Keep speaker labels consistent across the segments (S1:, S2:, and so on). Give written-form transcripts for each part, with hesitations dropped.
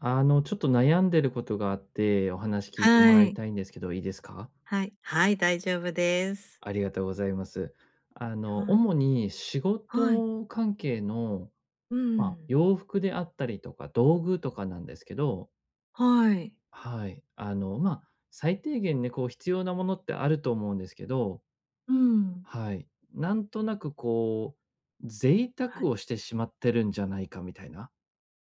S1: ちょっと悩んでることがあって、お話聞いても
S2: は
S1: らい
S2: い。
S1: たいんですけど、いいですか？
S2: はい。はい、大丈夫です。
S1: ありがとうございます。
S2: はい。
S1: 主に仕
S2: はい。
S1: 事関係の、
S2: うん。
S1: 洋服であったりとか、道具とかなんですけど、
S2: はい。
S1: はい。最低限ね、こう必要なものってあると思うんですけど、
S2: うん。
S1: はい。なんとなくこう、贅
S2: は
S1: 沢
S2: い。
S1: をしてしまってるんじゃないかみたいな、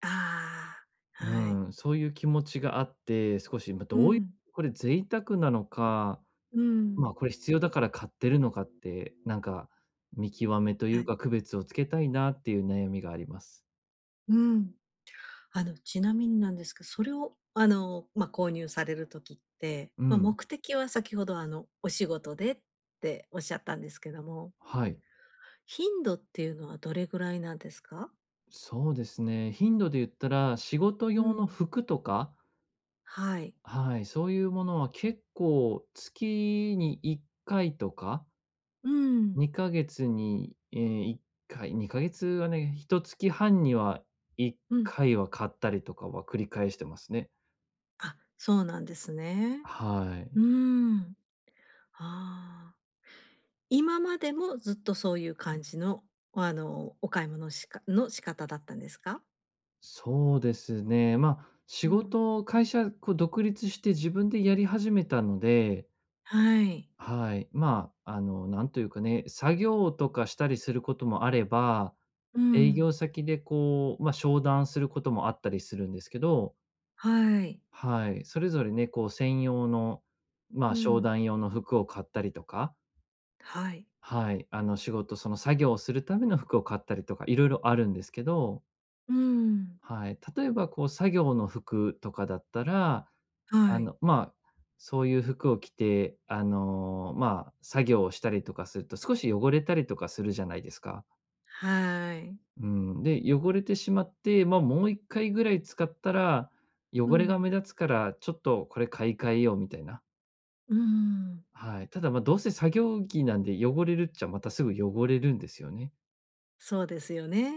S2: ああ、
S1: う
S2: はい。
S1: ん、そういう気持ちがあって、少し、まあ、
S2: う
S1: どういう
S2: ん。
S1: これ贅沢なのか、
S2: うん。
S1: これ必要だから買ってるのかって、見極めとい
S2: は
S1: う
S2: い。
S1: か、区別をつけたいなっていう悩みがあります。
S2: うん。ちなみになんですけど、それを、購入される時って、
S1: うん。
S2: 目的は先ほど、お仕事でっておっしゃったんですけども、
S1: はい。
S2: 頻度っていうのはどれぐらいなんですか？
S1: そうですね。頻度で言ったら、仕事
S2: う
S1: 用の
S2: ん。
S1: 服とか、
S2: はい。
S1: はい、そういうものは結構月に1回とか、
S2: うん。
S1: 2ヶ月に、え1回、2ヶ月はね、1月半には1
S2: うん。
S1: 回は買ったりとかは繰り返してますね。
S2: あ、そうなんですね。
S1: はい。
S2: うん。ああ、今までもずっとそういう感じの、お買い物しかの仕方だったんですか？
S1: そうですね。
S2: うん。
S1: 会社、こう独立して自分でやり始めたので、
S2: はい。
S1: はい。なんというかね、作業とかしたりすることもあれば、
S2: う
S1: 営
S2: ん。
S1: 業先でこう、商談することもあったりするんですけど、
S2: はい。
S1: はい。それぞれね、こう、専用の、ま
S2: う
S1: あ、商
S2: ん。
S1: 談用の服を買ったりとか、
S2: はい。
S1: はい。その作業をするための服を買ったりとか、いろいろあるんですけど、
S2: うん。
S1: はい。例えば、こう、作業の服とかだったら、あ
S2: はい。
S1: の、まあ、そういう服を着て、作業をしたりとかすると、少し汚れたりとかするじゃないですか。
S2: はい。
S1: うん。で、汚れてしまって、まあ、もう1回ぐらい使ったら、
S2: う
S1: 汚れが
S2: ん。
S1: 目立つから、ちょっとこれ買い替えようみたいな。
S2: うん。
S1: はい。ただ、まあ、どうせ作業着なんで汚れるっちゃ、またすぐ汚れるんですよね。
S2: そうですよね。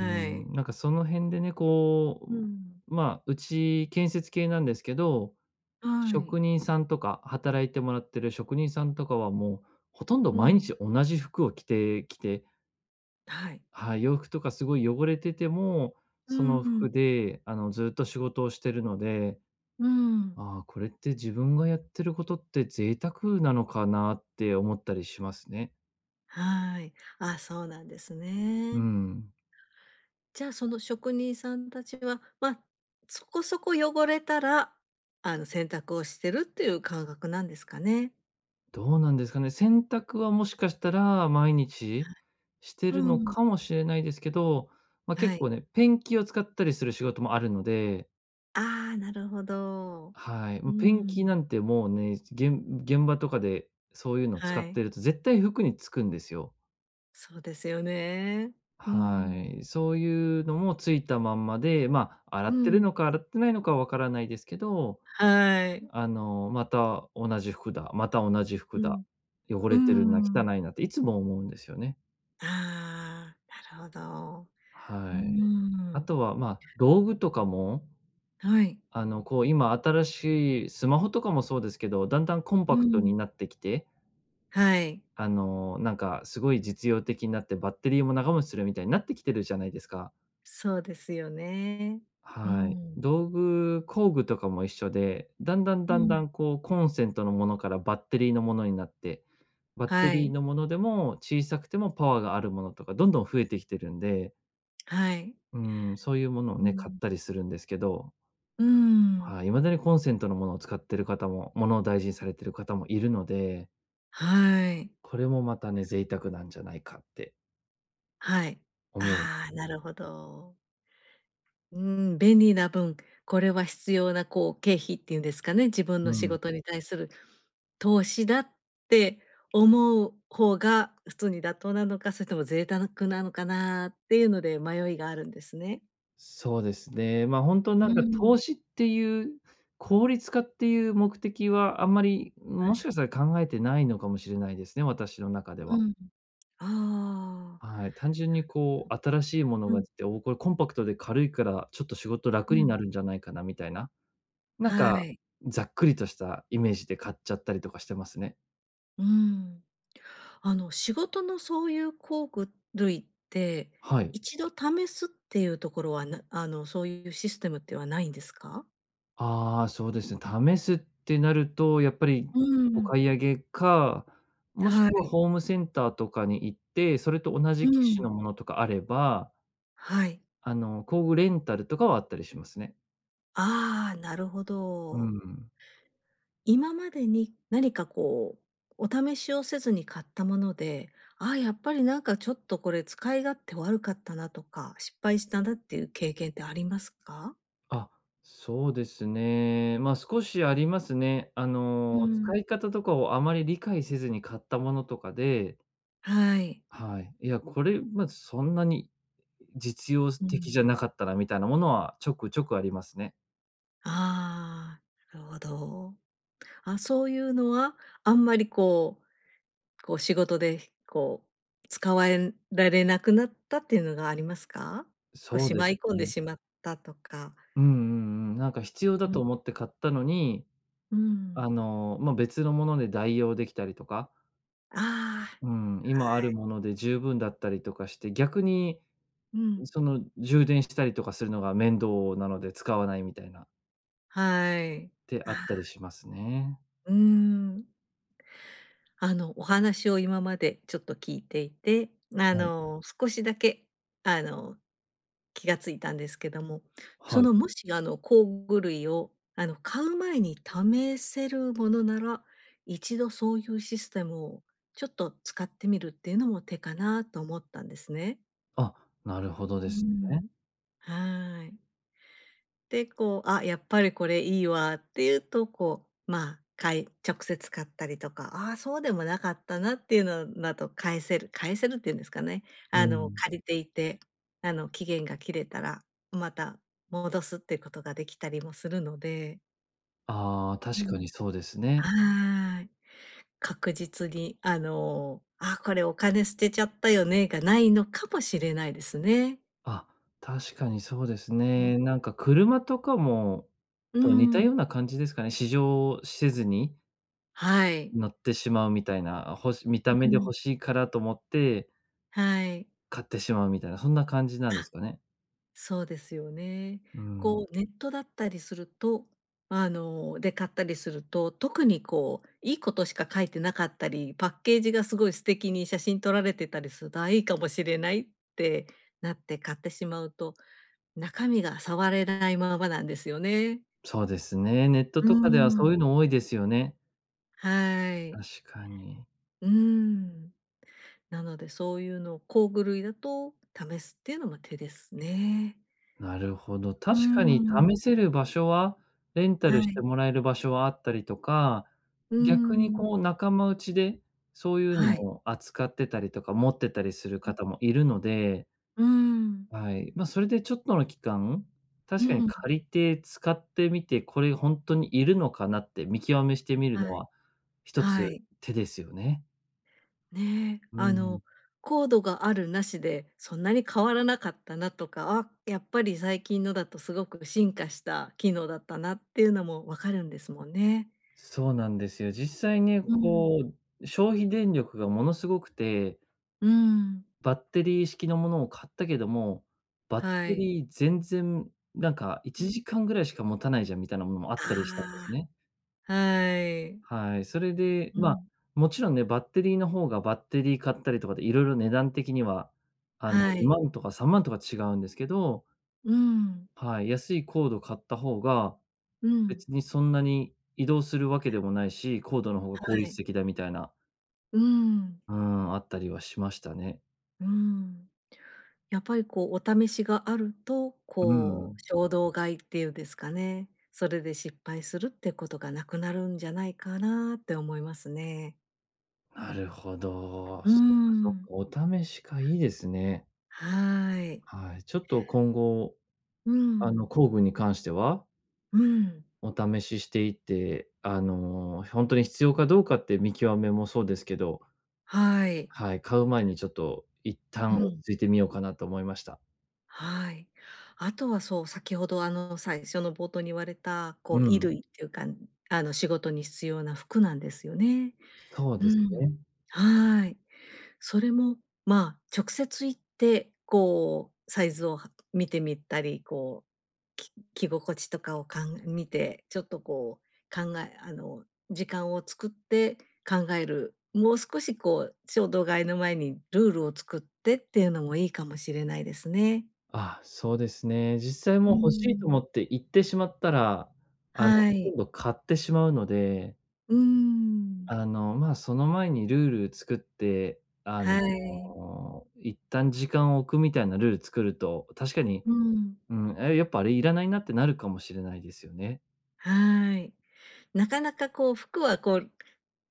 S1: う
S2: い。
S1: ん、なんかその辺でね、
S2: う
S1: こ
S2: ん。
S1: う、まあ、うち建設系なんですけど、
S2: はい。
S1: 職人さんとか、働いてもらってる職人さんとかはもう、ほとんど
S2: う
S1: 毎
S2: ん。
S1: 日同じ服を着てきて、
S2: はい。
S1: はい、洋服とかすごい汚れてても、
S2: う
S1: その服
S2: ん。
S1: で、ずっと仕事をしてるので、
S2: うん。
S1: ああ、これって自分がやってることって贅沢なのかなって思ったりしますね。
S2: はい。あ、そうなんです
S1: う
S2: ね。
S1: ん。
S2: じゃあ、その職人さんたちは、そこそこ汚れたら、洗濯をしてるっていう感覚なんですかね？
S1: どうなんですかね。洗濯はもしかしたら毎日して
S2: う
S1: るの
S2: ん。
S1: かもしれないですけど、まあ、
S2: は
S1: 結
S2: い。
S1: 構ね、ペンキを使ったりする仕事もあるので、
S2: ああ、なるほど。
S1: はい。
S2: う
S1: もうペンキ
S2: ん。
S1: なんてもうね、現現場とかでそういうの使
S2: は
S1: っ
S2: い。
S1: てると絶対服につくんですよ。
S2: そうですよね。う
S1: は
S2: ん。
S1: い。そういうのもついたまんまで、まあ、洗
S2: う
S1: ってるの
S2: ん。
S1: か洗ってないのかわからないですけど、
S2: はい。
S1: また同じ服だ、
S2: うん。
S1: 汚
S2: うー
S1: れてるな、汚
S2: ん。
S1: いなっていつも思うんですよね。
S2: ああ、なるほど。う
S1: は
S2: ー
S1: い。あ
S2: ん。
S1: とは、まあ、道具とかも、
S2: はい。
S1: こう今新しいスマホとかもそうですけど、だんだんコン
S2: う
S1: パクトに
S2: ん。
S1: なってきて、
S2: はい。
S1: なんかすごい実用的になってバッテリーも長持ちするみたいになってきてるじゃないですか。
S2: そうですよね。う
S1: はい。
S2: ん。
S1: 道具、工具とかも一緒で、だんだん
S2: う
S1: だんだ
S2: ん。
S1: んこうコンセントのものからバッテリーのものになって、バッテ
S2: は
S1: リー
S2: い。
S1: のものでも小さくてもパワーがあるものとかどんどん増えてきてるんで、
S2: はい。
S1: うん、そういうものを
S2: う
S1: ね、買っ
S2: ん。
S1: たりするんですけど、
S2: うーん。
S1: はい、未だにコンセントのものを使ってる方も、ものを大事にされてる方もいるので、
S2: はい。
S1: これもまたね、贅沢なんじゃないかって
S2: はい。
S1: 思
S2: あ
S1: う。
S2: あ、なるほど。便利な分、これは必要な経費っていうんですかね、自分
S1: う
S2: の仕
S1: ん。
S2: 事に対する投資だって思う方が普通に妥当なのか、それとも贅沢なのかなっていうので迷いがあるんですね。
S1: そうですね。まあ、本当
S2: う
S1: なんか
S2: ーん。
S1: 投資っていう、効率化っていう目的はあんまり、
S2: は
S1: も
S2: い。
S1: しかしたら考えてないのかもしれないですね、私の中では。
S2: うん。ああ。
S1: はい。単純にこう新しいもの
S2: う。う
S1: が
S2: ん。
S1: 出て、お、これコンパクトで軽いから、ちょっと仕事
S2: う
S1: 楽に
S2: ん。
S1: なるんじゃないかなみたいな、なん
S2: は
S1: か
S2: い。
S1: ざっくりとしたイメージで買っちゃったりとかしてますね。
S2: うーん。仕事のそういう工具類って、
S1: はい。
S2: 一度試すっていうところは、なあの、そういうシステムってはないんですか？
S1: ああ、そうですね。試すってなると、やっぱり
S2: う
S1: お買
S2: ん。
S1: い上げか、もし
S2: は
S1: くは
S2: い。
S1: ホームセンターとかに行って、それと同
S2: う
S1: じ機種の
S2: ん。
S1: ものとかあれば、
S2: はい。
S1: 工具レンタルとかはあったりしますね。
S2: ああ、なるほ
S1: う
S2: ど。
S1: ん。
S2: 今までに何かお試しをせずに買ったもので、やっぱりなんかちょっとこれ使い勝手悪かったなとか、失敗したなっていう経験ってありますか？
S1: あ、そうですね。ま、少しありますね。
S2: う
S1: 使
S2: ん。
S1: い方とかをあまり理解せずに買ったものとかで、
S2: はい。
S1: はい。これ、ま、そんなに実用
S2: う
S1: 的じ
S2: ん。
S1: ゃなかったなみたいなものはちょくちょくありますね。
S2: ああ、なるほど。あ、そういうのは、あんまり仕事で、使われられなくなったっていうのがありますか？
S1: そう
S2: し
S1: で
S2: ま
S1: す
S2: い込んで
S1: ね。
S2: しまったとか。
S1: うん。なんか必要だ
S2: うん、
S1: と思って買ったのに、
S2: うん。
S1: 別のもので代用できたりとか、
S2: あ
S1: うん、
S2: あ、
S1: 今
S2: は
S1: ある
S2: い。
S1: もので十分だったりとかして、逆に
S2: うん。
S1: その充電したりとかするのが面倒なので使わないみたいなっ
S2: はい。
S1: て
S2: あ
S1: あった
S2: あ、
S1: りしますね。
S2: うーん。お話を今までちょっと聞いていて、
S1: はい。
S2: 少しだけ、あの、気がついたんですけども、
S1: はい。
S2: もし、工具類を、買う前に試せるものなら、一度そういうシステムをちょっと使ってみるっていうのも手かなと思ったんですね。
S1: あ、なるほどで
S2: う
S1: すね。
S2: ん。はい。で、あ、やっぱりこれいいわっていうと、直接買ったりとか、そうでもなかったなっていうのだと返せるっていうんですかね。
S1: うん。
S2: 借りていて、期限が切れたら、また戻すっていうことができたりもするので。
S1: ああ、
S2: う
S1: 確かに
S2: ん。
S1: そうですね。
S2: はーい。確実に、これお金捨てちゃったよねがないのかもしれないですね。
S1: あ、確かにそうです
S2: うん。
S1: ね。なんか車とも似たような感じですかね。試乗せずに
S2: はい。
S1: 乗ってしまうみたいな、見た
S2: う
S1: 目で
S2: ん。
S1: 欲しいからと思って
S2: はい。
S1: 買ってしまうみたいな、そんな感じなんで
S2: あ
S1: すかね？
S2: そうですよね。
S1: うん、
S2: ネットだったりすると、で買ったりすると、特にいいことしか書いてなかったり、パッケージがすごい素敵に写真撮られてたりすると、あ、いいかもしれないってなって買ってしまうと、中身が触れないままなんですよね。
S1: そうですね。ネット
S2: う
S1: とかでは
S2: ー
S1: そう
S2: ん。
S1: いうの多いですよね。
S2: は
S1: 確
S2: い。
S1: かに。
S2: うーん。なのでそういうのを工具類だと試すっていうのも手ですね。
S1: なるほど。
S2: うー
S1: 確かに試
S2: ん。
S1: せる場所は、レンタ
S2: は
S1: ルして
S2: い。
S1: もらえる場所はあったりとか、
S2: う
S1: 逆に
S2: ーん。
S1: こう仲間内でそういうの
S2: はい。
S1: を扱ってたりとか、持ってたりする方もいるので、
S2: うん。
S1: はい。まあ、それでちょっとの期間、
S2: う
S1: 確かに
S2: ん。
S1: 借りて使ってみて、これ本当にいるのかなって見極めしてみるの
S2: はい。
S1: は一
S2: は
S1: つ
S2: い。
S1: 手ですよね。
S2: ねえ、
S1: うん。
S2: コードがあるなしで、そんなに変わらなかったなとか、あ、やっぱり最近のだとすごく進化した機能だったなっていうのもわかるんですもんね。
S1: そうなんですよ。実際ね、
S2: うん。
S1: こう、消費電力がものすごくて、
S2: うん、
S1: バッテリー式のものを買ったけども、バッ
S2: は
S1: テ
S2: い。
S1: リー全然なんか
S2: う
S1: 1
S2: ん。
S1: 時間ぐらいしか持たないじゃんみたいなものもあったりしたんです
S2: あ
S1: ね。
S2: あ、はい。
S1: はい、それで、
S2: う
S1: まあ
S2: ん。
S1: もちろんね、バッテリーの方がバッテリー買ったりとかで、いろいろ値段的には、
S2: はい。
S1: 2万とか3万とか違うんですけど、
S2: うん。
S1: はい、安いコード買った方が、
S2: うん。
S1: 別にそんなに移動するわけでもないし、コードの方が
S2: は
S1: 効率
S2: い。
S1: 的だみたいな、
S2: うん。
S1: うん、あったりはしましたね。
S2: うん。やっぱりお試しがあると、
S1: うん。
S2: 衝動買いっていうんですかね、それで失敗するってことがなくなるんじゃないかなって思いますね。
S1: なるほど。
S2: うー
S1: そっかそっか、
S2: ん。
S1: お試しか、いいですね。
S2: はい。
S1: はい、ちょっと今後、
S2: うん。
S1: 工具に関しては
S2: うん、
S1: お試ししていって、ほんとに必要かどうかって見極めもそうですけど、
S2: はい。
S1: はい、買う前にちょっと一
S2: う
S1: 旦落
S2: ん。
S1: ち着いてみようかなと思いました。
S2: はい。あとはそう、先ほど最初の冒頭に言われた、
S1: う
S2: 衣
S1: ん。
S2: 類っていうか、仕事に必要な服なんですよね。
S1: そう
S2: う
S1: です
S2: ん。
S1: ね。
S2: はい。それも、直接行って、サイズをは見てみたり、着心地とかを見て、ちょっとこう、考えあの、時間を作って考える、もう少し衝動買いの前にルールを作ってっていうのもいいかもしれないですね。
S1: あ、そうですね。実際
S2: う
S1: も
S2: ー
S1: う欲しいと思
S2: ん。
S1: って行ってしまったら、
S2: は
S1: ほと
S2: い。
S1: んど買ってしまうので、
S2: うーん。
S1: その前にルール作って、
S2: はい。
S1: 一旦時間を置くみたいなルール作ると、確かに、
S2: うん。
S1: うん、え、やっぱあれいらないなってなるかもしれないですよね。
S2: はい。なかなか服はこう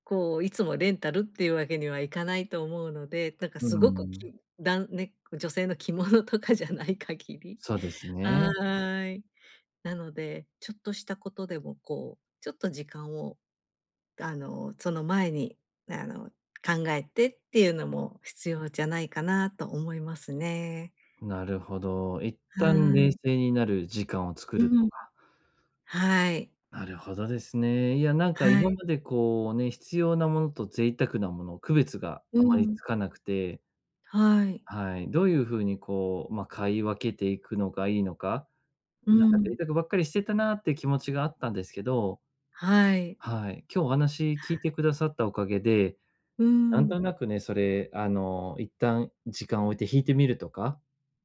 S2: こう、いつもレンタルっていうわけにはいかないと思うので、なんか
S1: う
S2: すごくき
S1: ん、
S2: だんね、女性の着物とかじゃない限り。
S1: そうです ね。
S2: はい。なので、ちょっとしたことでもちょっと時間を、その前に、あの、考えてっていうのも必要じゃないかなと思いますね。
S1: なるほど。一
S2: は
S1: 旦冷
S2: い。
S1: 静になる時間を作
S2: う
S1: ると
S2: ん。
S1: か。
S2: はい。
S1: なるほどですね。いや、なんか
S2: は
S1: 今
S2: い。
S1: までこうね、必要なものと贅沢なもの、区別が
S2: う
S1: あまり
S2: ん。
S1: つかなくて、
S2: はい。
S1: はい、どういうふうにこう、まあ、買い分けていくのがいいのか、
S2: う
S1: なんか
S2: ん。
S1: 贅沢ばっかりしてたなって気持ちがあったんですけど、
S2: はい。
S1: はい、今日お話
S2: は
S1: 聞いて
S2: い。
S1: くださったおかげで、
S2: う
S1: なん
S2: ん、
S1: となくね、それ、一旦時間を置いて引いてみるとか、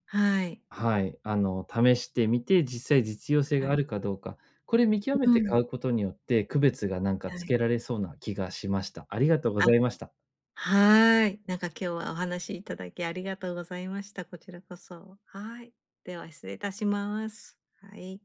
S2: はい、
S1: はい、試してみて、実際実用性
S2: は
S1: があ
S2: い。
S1: るかどうか、これ見極め
S2: う
S1: て
S2: ん、
S1: 買うことによって、区別がなんか
S2: は
S1: つ
S2: い。
S1: けられそうな気がしました。ありがとうご
S2: あ、
S1: ざいました。
S2: はい。なんか今日はお話いただきありがとうございました。こちらこそ。はい。では失礼いたします。はい。